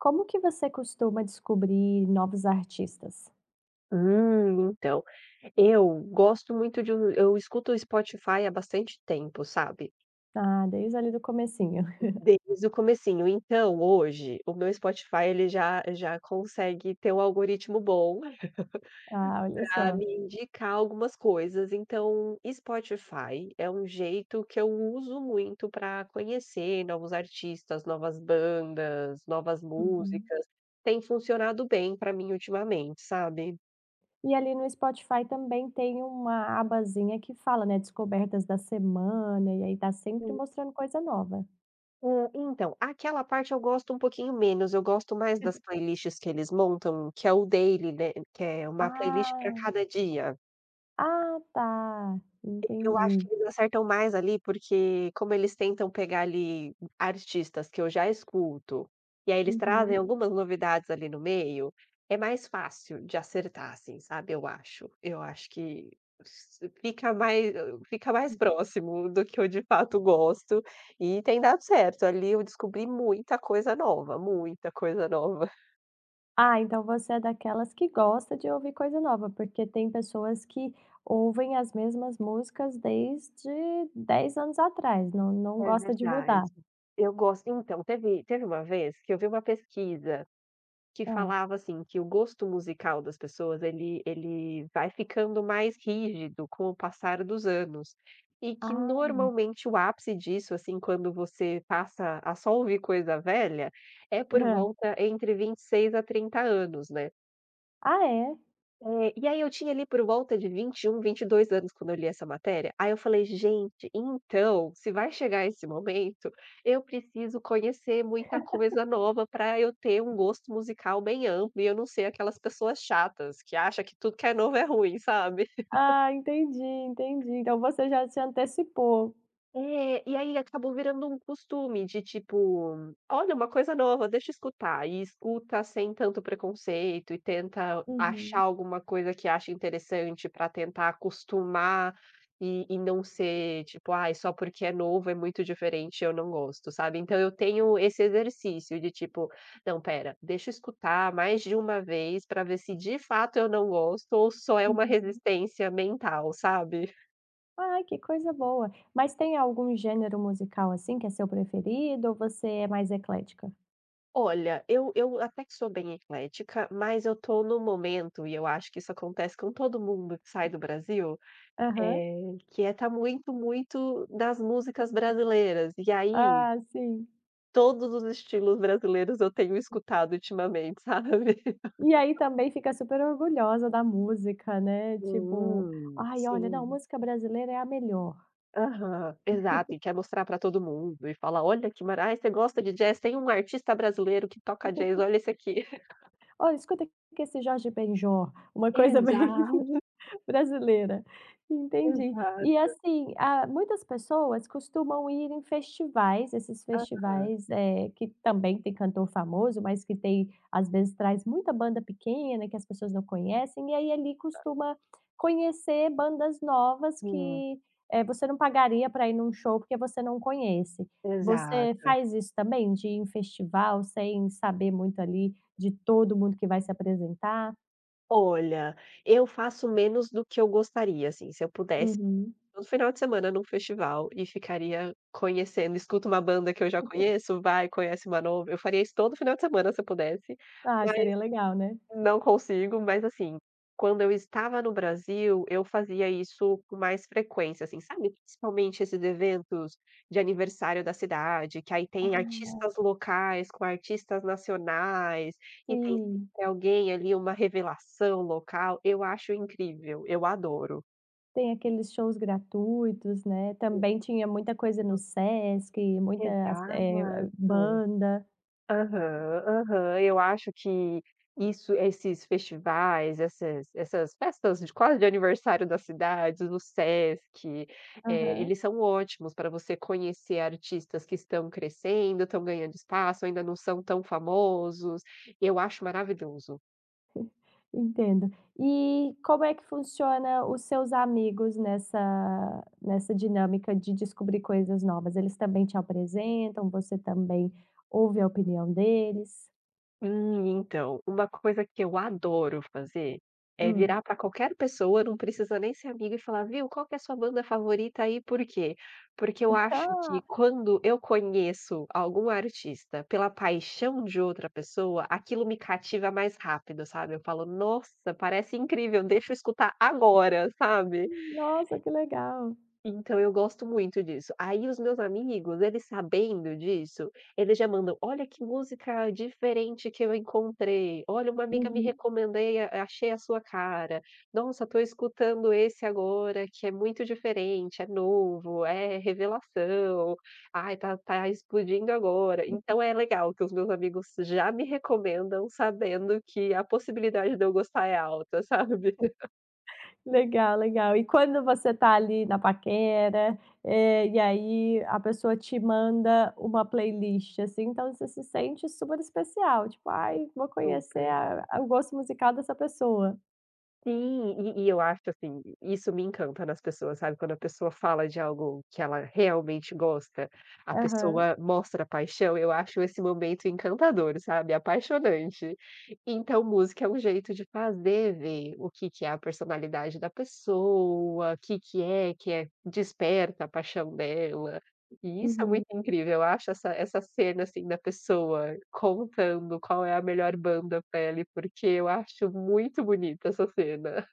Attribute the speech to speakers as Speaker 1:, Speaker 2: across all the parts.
Speaker 1: Como que você costuma descobrir novos artistas?
Speaker 2: Então, eu gosto muito de um eu escuto o Spotify há bastante tempo, sabe,
Speaker 1: Ah, desde ali do comecinho.
Speaker 2: desde o comecinho. Então, hoje, o meu Spotify, ele já consegue ter um algoritmo bom
Speaker 1: Ah, olha
Speaker 2: pra
Speaker 1: só.
Speaker 2: me indicar algumas coisas. Então, Spotify é um jeito que eu uso muito para conhecer novos artistas, novas bandas, novas
Speaker 1: Uhum.
Speaker 2: músicas. Tem funcionado bem para mim ultimamente, sabe?
Speaker 1: E ali no Spotify também tem uma abazinha que fala, né, descobertas da semana, e aí tá sempre mostrando coisa nova.
Speaker 2: Então, aquela parte eu gosto um pouquinho menos, eu gosto mais das playlists que eles montam, que é o daily, né, que é uma playlist para
Speaker 1: Ah,
Speaker 2: cada dia.
Speaker 1: ah tá,
Speaker 2: Eu acho
Speaker 1: entendi.
Speaker 2: que eles acertam mais ali, porque como eles tentam pegar ali artistas que eu já escuto, e aí eles trazem
Speaker 1: Uhum.
Speaker 2: algumas novidades ali no meio, é mais fácil de acertar, assim, sabe, eu acho. Eu acho que s fica mais próximo do que eu de fato gosto, e tem dado certo. Ali eu descobri muita coisa nova, muita coisa nova.
Speaker 1: Ah, então você é daquelas que gosta de ouvir coisa nova, porque tem pessoas que ouvem as mesmas músicas desde 10 anos atrás, não
Speaker 2: É
Speaker 1: gosta de mudar.
Speaker 2: verdade. Eu gosto então, teve uma vez que eu vi uma pesquisa que
Speaker 1: Hã.
Speaker 2: falava, assim, que o gosto musical das pessoas ele vai ficando mais rígido com o passar dos anos, e que
Speaker 1: Ah.
Speaker 2: normalmente o ápice disso, assim, quando você passa a só ouvir coisa velha, é por
Speaker 1: Hã.
Speaker 2: volta entre 26 a 30 anos, né.
Speaker 1: Ah, é?
Speaker 2: É, e aí eu tinha ali por volta de vinte e um, 22 anos quando eu li essa matéria, aí eu falei: "Gente, então, se vai chegar esse momento, eu preciso conhecer muita coisa nova para eu ter um gosto musical bem amplo e eu não ser aquelas pessoas chatas que acham que tudo que é novo é ruim", sabe?
Speaker 1: Ah, entendi, entendi. Então você já se antecipou.
Speaker 2: É, e aí acabou virando um costume de tipo: "Olha, uma coisa nova, deixa eu escutar", e escuta sem tanto preconceito e tenta achar
Speaker 1: Uhum,
Speaker 2: alguma coisa que acha interessante para tentar acostumar e não ser tipo: "Ai, só porque é novo, é muito diferente, eu não gosto", sabe. Então eu tenho esse exercício de tipo: "Não, pera, deixa eu escutar mais de uma vez para ver se de fato eu não gosto ou só é uma
Speaker 1: uhum.
Speaker 2: resistência mental", sabe?
Speaker 1: Ai, que coisa boa. Mas tem algum gênero musical, assim, que é seu preferido ou você é mais eclética?
Speaker 2: Olha, eu até que sou bem eclética, mas eu tô num momento, e eu acho que isso acontece com todo mundo que sai do Brasil,
Speaker 1: Aham.
Speaker 2: que é tá muito, muito das músicas brasileiras. E aí,
Speaker 1: Ah, sim.
Speaker 2: todos os estilos brasileiros eu tenho escutado ultimamente, sabe.
Speaker 1: E aí também fica super orgulhosa da música, né, tipo:
Speaker 2: Hum,
Speaker 1: "Ai, olha, não,
Speaker 2: sim.
Speaker 1: música brasileira é a melhor.
Speaker 2: Aham, exato. E quer mostrar pra todo mundo e fala: "Olha que maravilha. Você gosta de jazz? Tem um artista brasileiro que toca jazz, olha esse aqui".
Speaker 1: Olha, escuta aqui esse Jorge Benjor", uma coisa bem
Speaker 2: Exato,
Speaker 1: brasileira, entendi. E
Speaker 2: exato.
Speaker 1: assim, ah, muitas pessoas costumam ir em festivais, esses
Speaker 2: Aham.
Speaker 1: festivais, que também tem cantor famoso, mas que tem às vezes traz muita banda pequena que as pessoas não conhecem, e aí ali costuma conhecer bandas novas
Speaker 2: Hum,
Speaker 1: que, você não pagaria para ir num show porque você não conhece. Você
Speaker 2: exato.
Speaker 1: faz isso também, de ir em festival sem saber muito ali de todo mundo que vai se apresentar?
Speaker 2: Olha, eu faço menos do que eu gostaria, assim, se eu pudesse,
Speaker 1: Uhum.
Speaker 2: todo final de semana num festival e ficaria conhecendo, escuto uma banda que eu já conheço, vai, conhece uma nova, eu faria isso todo final de semana se eu pudesse,
Speaker 1: Ah, seria legal, né?
Speaker 2: não consigo, mas assim, quando eu estava no Brasil, eu fazia isso com mais frequência, assim, sabe, principalmente esses eventos de aniversário da cidade, que aí tem
Speaker 1: Ah,
Speaker 2: artistas locais com artistas nacionais, e tem
Speaker 1: sim.
Speaker 2: sempre alguém ali, uma revelação local, eu acho incrível, eu adoro.
Speaker 1: Tem aqueles shows gratuitos, né. Também tinha muita coisa no Sesc, muita, eh,
Speaker 2: Exato.
Speaker 1: banda.
Speaker 2: Aham, aham. Eu acho que isso esses festivais, essas festas de quase de aniversário das cidades, no Sesc,
Speaker 1: Aham.
Speaker 2: eles são ótimos para você conhecer artistas que estão crescendo, estão ganhando espaço, ainda não são tão famosos. Eu acho maravilhoso.
Speaker 1: Entendo. E como é que funciona os seus amigos nessa dinâmica de descobrir coisas novas? Eles também te apresentam? Você também ouve a opinião deles?
Speaker 2: Então, uma coisa que eu adoro fazer é virar
Speaker 1: Hum.
Speaker 2: para qualquer pessoa, não precisa nem ser amiga, e falar: "Viu, qual que é a sua banda favorita aí por quê?". Porque eu acho
Speaker 1: Ah,
Speaker 2: que quando eu conheço algum artista pela paixão de outra pessoa, aquilo me cativa mais rápido, sabe. Eu falo: "Nossa, parece incrível, deixa eu escutar agora", sabe.
Speaker 1: nossa, que legal.
Speaker 2: Então eu gosto muito disso. Aí os meus amigos, eles sabendo disso, eles já mandam: "Olha que música diferente que eu encontrei. Olha, uma amiga me
Speaker 1: Uhum.
Speaker 2: recomendei a achei a sua cara. Nossa, tô escutando esse agora que é muito diferente, é novo, é revelação. Ai, tá explodindo agora". Então é legal que os meus amigos já me recomendam sabendo que a possibilidade de eu gostar é alta, sabe?
Speaker 1: Legal, legal. E quando você tá ali na paquera, e aí a pessoa te manda uma playlist, assim, então você se sente super especial, tipo: "Ai, vou conhecer
Speaker 2: Super.
Speaker 1: a o gosto musical dessa pessoa".
Speaker 2: Sim, e eu acho, assim, isso me encanta nas pessoas, sabe, quando a pessoa fala de algo que ela realmente gosta, a
Speaker 1: Aham,
Speaker 2: pessoa mostra paixão, eu acho esse momento encantador, sabe, apaixonante. Então música é um jeito de fazer ver o que que é a personalidade da pessoa, o que que é desperta a paixão dela. E isso é
Speaker 1: uhum.
Speaker 2: muito incrível, eu acho essa cena, assim, da pessoa contando qual é a melhor banda pra ela porque eu acho muito bonita essa cena.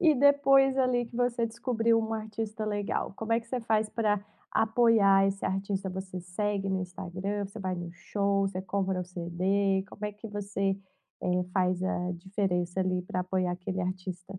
Speaker 1: E depois ali que você descobriu um artista legal, como é que você faz para apoiar esse artista? Você segue no Instagram, você vai no show, você compra o CD, como é que você, faz a diferença ali para apoiar aquele artista?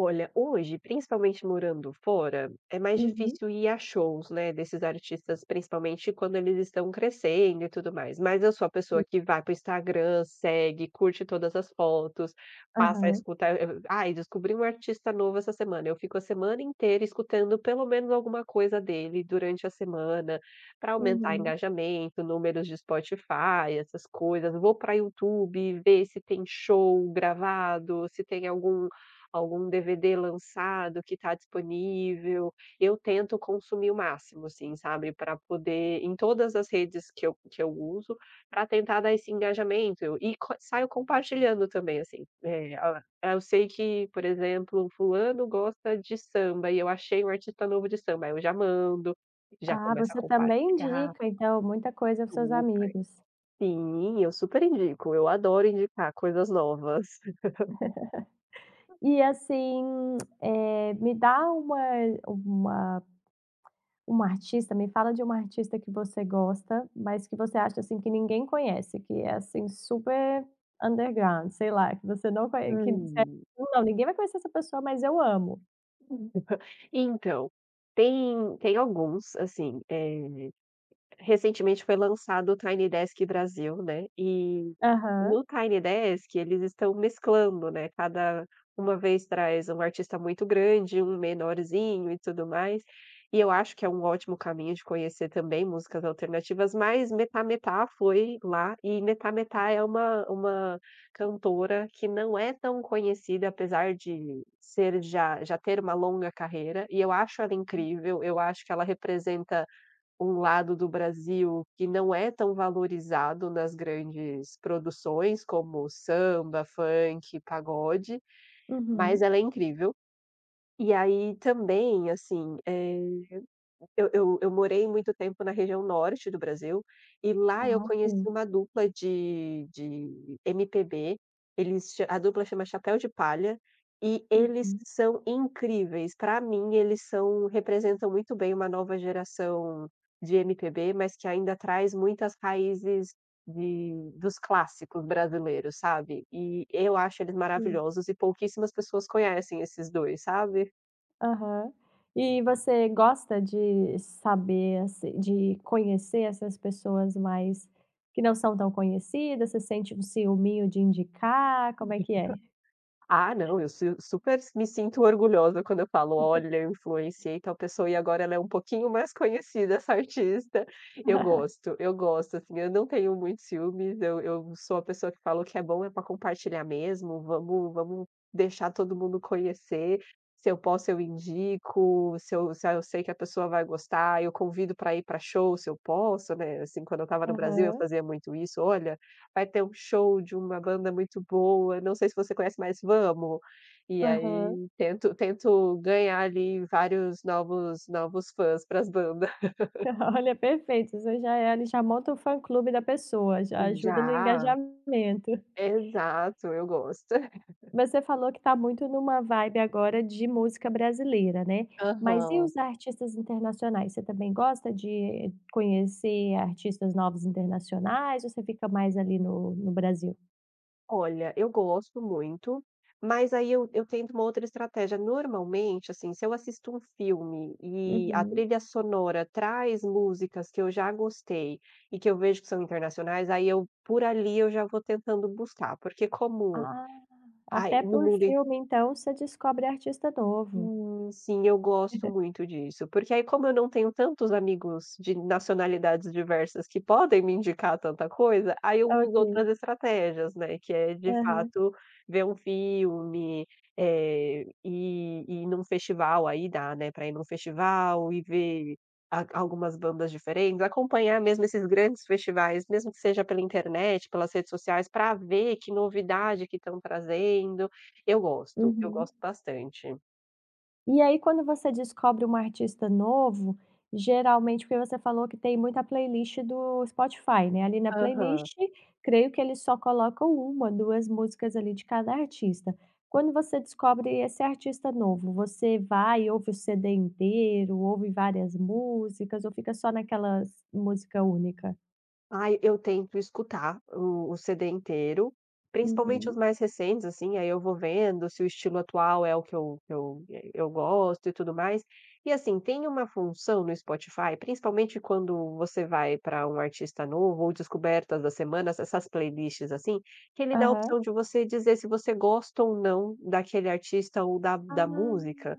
Speaker 2: Olha, hoje, principalmente morando fora, é mais
Speaker 1: Uhum.
Speaker 2: difícil ir a shows, né, desses artistas, principalmente quando eles estão crescendo e tudo mais. Mas eu sou a pessoa
Speaker 1: Sim.
Speaker 2: que vai para o Instagram, segue, curte todas as fotos, passa a
Speaker 1: Aham.
Speaker 2: escutar. Ai, descobri um artista novo essa semana. Eu fico a semana inteira escutando pelo menos alguma coisa dele durante a semana, para aumentar
Speaker 1: Uhum.
Speaker 2: engajamento, números de Spotify, essas coisas. Vou para YouTube ver se tem show gravado, se tem algum algum DVD lançado que está disponível, eu tento consumir o máximo, assim, sabe, para poder em todas as redes que eu uso, para tentar dar esse engajamento. Eu- e co saio compartilhando também, assim, eu sei que, por exemplo, fulano gosta de samba e eu achei um artista novo de samba, aí eu já mando, já
Speaker 1: Ah,
Speaker 2: começo a
Speaker 1: você também
Speaker 2: compartilhar,
Speaker 1: indica, então, muita coisa aos seus
Speaker 2: super.
Speaker 1: amigos.
Speaker 2: Sim, eu super indico, eu adoro indicar coisas novas.
Speaker 1: E assim, me dá uma uma artista, me fala de uma artista que você gosta, mas que você acha, assim, que ninguém conhece, que é, assim, super underground, sei lá, que você acha,
Speaker 2: Hum.
Speaker 1: "Não, ninguém vai conhecer essa pessoa, mas eu amo".
Speaker 2: Então, tem alguns, assim, recentemente foi lançado o Tiny Desk Brasil, né, e
Speaker 1: Aham.
Speaker 2: no Tiny Desk eles estão mesclando, né, cada uma vez traz um artista muito grande, um menorzinho e tudo mais, e eu acho que é um ótimo caminho de conhecer também músicas alternativas, mas Metá Metá foi lá e Metá Metá é uma cantora que não é tão conhecida, apesar de ser já ter uma longa carreira, e eu acho ela incrível, eu acho que ela representa um lado do Brasil que não é tão valorizado nas grandes produções como samba, funk, pagode, mas
Speaker 1: Uhum.
Speaker 2: ela é incrível. E aí também, assim, eu morei muito tempo na região norte do Brasil, e lá eu
Speaker 1: Ah,
Speaker 2: conheci
Speaker 1: sim.
Speaker 2: uma dupla de MPB. Eles cha A dupla chama Chapéu de Palha, e eles
Speaker 1: Uhum.
Speaker 2: são incríveis. Para mim eles são representam muito bem uma nova geração de MPB, mas que ainda traz muitas raízes de dos clássicos brasileiros, sabe. E eu acho eles
Speaker 1: Sim.
Speaker 2: maravilhosos e pouquíssimas pessoas conhecem esses 2, sabe.
Speaker 1: Aham. E você gosta de saber, assim, de conhecer essas pessoas mais que não são tão conhecidas? Você sente um ciúminho de indicar? Como é que é?
Speaker 2: Ah, não, eu su super me sinto orgulhosa quando eu falo: "Olha, eu influenciei tal pessoa e agora ela é um pouquinho mais conhecida, essa artista". Eu gosto, assim, eu não tenho muitos ciúmes, eu sou a pessoa que fala: "O que é bom é para compartilhar mesmo, vamos deixar todo mundo conhecer". Se eu posso, eu indico, se eu sei que a pessoa vai gostar, eu convido para ir para show, se eu posso, né, assim, quando eu estava no Brasil eu
Speaker 1: Aham,
Speaker 2: fazia muito isso: "Olha, vai ter um show de uma banda muito boa, não sei se você conhece, mas vamos. E
Speaker 1: aham.
Speaker 2: aí tento ganhar ali vários novos fãs para as bandas".
Speaker 1: Olha, perfeito, você já é ali já monta o fã-clube da pessoa, já ajuda no
Speaker 2: Já,
Speaker 1: engajamento.
Speaker 2: exato, eu gosto.
Speaker 1: Você falou que tá muito numa vibe agora de música brasileira, né. Mas e
Speaker 2: Aham.
Speaker 1: os artistas internacionais? Você também gosta de conhecer artistas novos internacionais ou você fica mais ali no Brasil?
Speaker 2: Olha, eu gosto muito, mas aí eu tento uma outra estratégia. Normalmente, assim, se eu assisto um filme e a
Speaker 1: Uhum.
Speaker 2: trilha sonora traz músicas que eu já gostei e que eu vejo que são internacionais, aí eu por ali eu já vou tentando buscar, porque como
Speaker 1: Ah,
Speaker 2: aí
Speaker 1: até
Speaker 2: no
Speaker 1: por
Speaker 2: mundo.
Speaker 1: filme então você descobre artista novo.
Speaker 2: Sim, eu gosto muito disso, porque aí como eu não tenho tantos amigos de nacionalidades diversas que podem me indicar tanta coisa, aí eu uso outras
Speaker 1: Ok.
Speaker 2: estratégias, né, que é de
Speaker 1: Aham.
Speaker 2: fato ver um filme, ir num festival, aí dá, né, pra ir num festival e ver a algumas bandas diferentes, acompanhar mesmo esses grandes festivais, mesmo que seja pela internet, pelas redes sociais, pra ver que novidade que estão trazendo. Eu
Speaker 1: Uhum.
Speaker 2: gosto bastante.
Speaker 1: E aí quando você descobre um artista novo, geralmente porque você falou que tem muita playlist do Spotify, né, ali na
Speaker 2: Aham.
Speaker 1: playlist, creio que eles só colocam uma, 2 músicas ali de cada artista. Quando você descobre esse artista novo, você vai ouve o CD inteiro, ouve várias músicas ou fica só naquela música única?
Speaker 2: Ai, eu tento escutar o CD inteiro, principalmente os
Speaker 1: Uhum.
Speaker 2: mais recentes, assim, aí eu vou vendo se o estilo atual é o eu gosto e tudo mais. E, assim, tem uma função no Spotify, principalmente quando você vai para um artista novo ou descobertas da semana, essas playlists, assim, que ele dá a
Speaker 1: Aham.
Speaker 2: opção de você dizer se você gosta ou não daquele artista ou da
Speaker 1: Ah.
Speaker 2: música.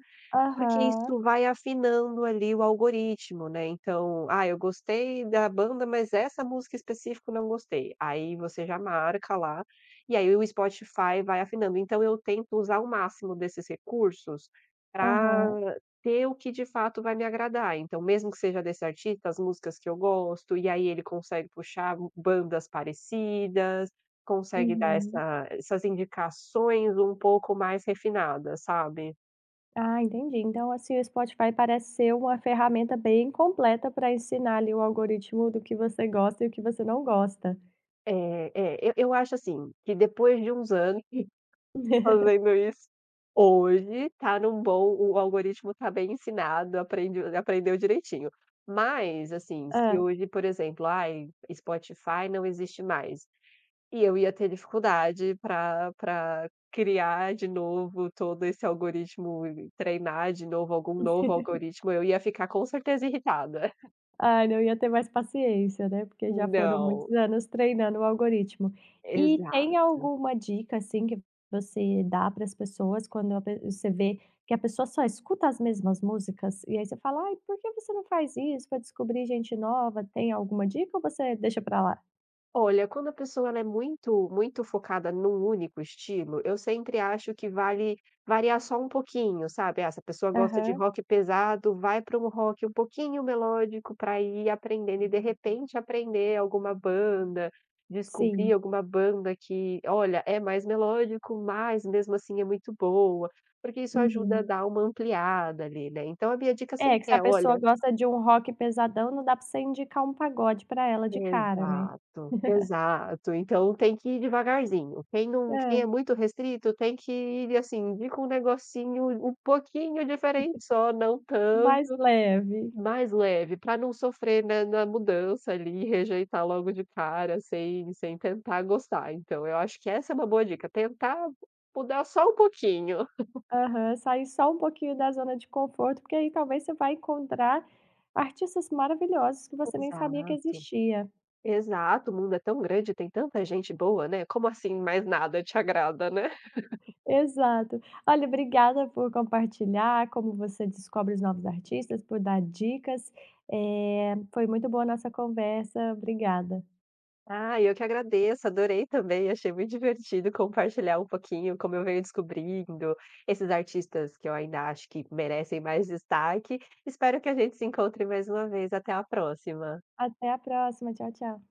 Speaker 2: Porque
Speaker 1: Aham,
Speaker 2: isso vai afinando ali o algoritmo, né, então: "Ah, eu gostei da banda, mas essa música específico não gostei". Aí você já marca lá, e aí o Spotify vai afinando. Então eu tento usar o máximo desses recursos pra
Speaker 1: aham,
Speaker 2: ter o que de fato vai me agradar. Então mesmo que seja desse artista, as músicas que eu gosto, e aí ele consegue puxar bandas parecidas, consegue dar
Speaker 1: uhum.
Speaker 2: essas indicações um pouco mais refinadas, sabe?
Speaker 1: Ah, entendi. Então, assim, o Spotify parece ser uma ferramenta bem completa para ensinar ali o algoritmo do que você gosta e o que você não gosta.
Speaker 2: É, é, eu acho, assim, que depois de uns anos fazendo isso, hoje tá num bom o algoritmo tá bem ensinado, aprendeu direitinho. Mas, assim, se
Speaker 1: Ah,
Speaker 2: hoje, por exemplo, ai, Spotify não existe mais, e eu ia ter dificuldade para pra criar de novo todo esse algoritmo, e treinar de novo algum novo algoritmo, eu ia ficar com certeza irritada.
Speaker 1: ah, não ia ter mais paciência, né, porque já foram
Speaker 2: Não,
Speaker 1: muitos anos treinando o algoritmo. E
Speaker 2: exato.
Speaker 1: tem alguma dica, assim, que você dá para as pessoas quando a pe você vê que a pessoa só escuta as mesmas músicas, e aí você fala: "Ai, por que você não faz isso para descobrir gente nova?" Tem alguma dica ou você deixa para lá?
Speaker 2: Olha, quando a pessoa ela é muito muito focada num único estilo, eu sempre acho que vale variar só um pouquinho, sabe. Ah, se a pessoa gosta de
Speaker 1: Aham.
Speaker 2: rock pesado, vai para um rock um pouquinho melódico para ir aprendendo e, de repente, aprender alguma banda, descobrir
Speaker 1: Sim.
Speaker 2: alguma banda que, olha, é mais melódico, mas mesmo assim é muito boa, porque isso ajuda a
Speaker 1: Uhum.
Speaker 2: dar uma ampliada ali, né. Então a minha dica
Speaker 1: É, que
Speaker 2: sempre
Speaker 1: se a
Speaker 2: é:
Speaker 1: pessoa
Speaker 2: "Olha".
Speaker 1: gosta de um rock pesadão, não dá pra você indicar um pagode pra ela de cara, né.
Speaker 2: Exato, exato. Então tem que ir devagarzinho. Quem não
Speaker 1: É,
Speaker 2: quem é muito restrito tem que ir, assim, de com um negocinho um pouquinho diferente só, não
Speaker 1: mais
Speaker 2: tanto,
Speaker 1: leve.
Speaker 2: mais leve, para não sofrer, né, na mudança ali, e rejeitar logo de cara, sem tentar gostar. Então eu acho que essa é uma boa dica, tentar mudar só um pouquinho.
Speaker 1: Aham, sair só um pouquinho da zona de conforto, porque aí talvez você vai encontrar artistas maravilhosos que você nem sabia que
Speaker 2: Exato,
Speaker 1: existia.
Speaker 2: exato. O mundo é tão grande, tem tanta gente boa, né, como assim mais nada te agrada, né?
Speaker 1: Exato. Olha, obrigada por compartilhar como você descobre os novos artistas, por dar dicas. Foi muito boa a nossa conversa. Obrigada.
Speaker 2: Ah, eu que agradeço, adorei também, achei muito divertido compartilhar um pouquinho como eu venho descobrindo esses artistas que eu ainda acho que merecem mais destaque. Espero que a gente se encontre mais uma vez. Até a próxima.
Speaker 1: Até a próxima. Tchau, tchau.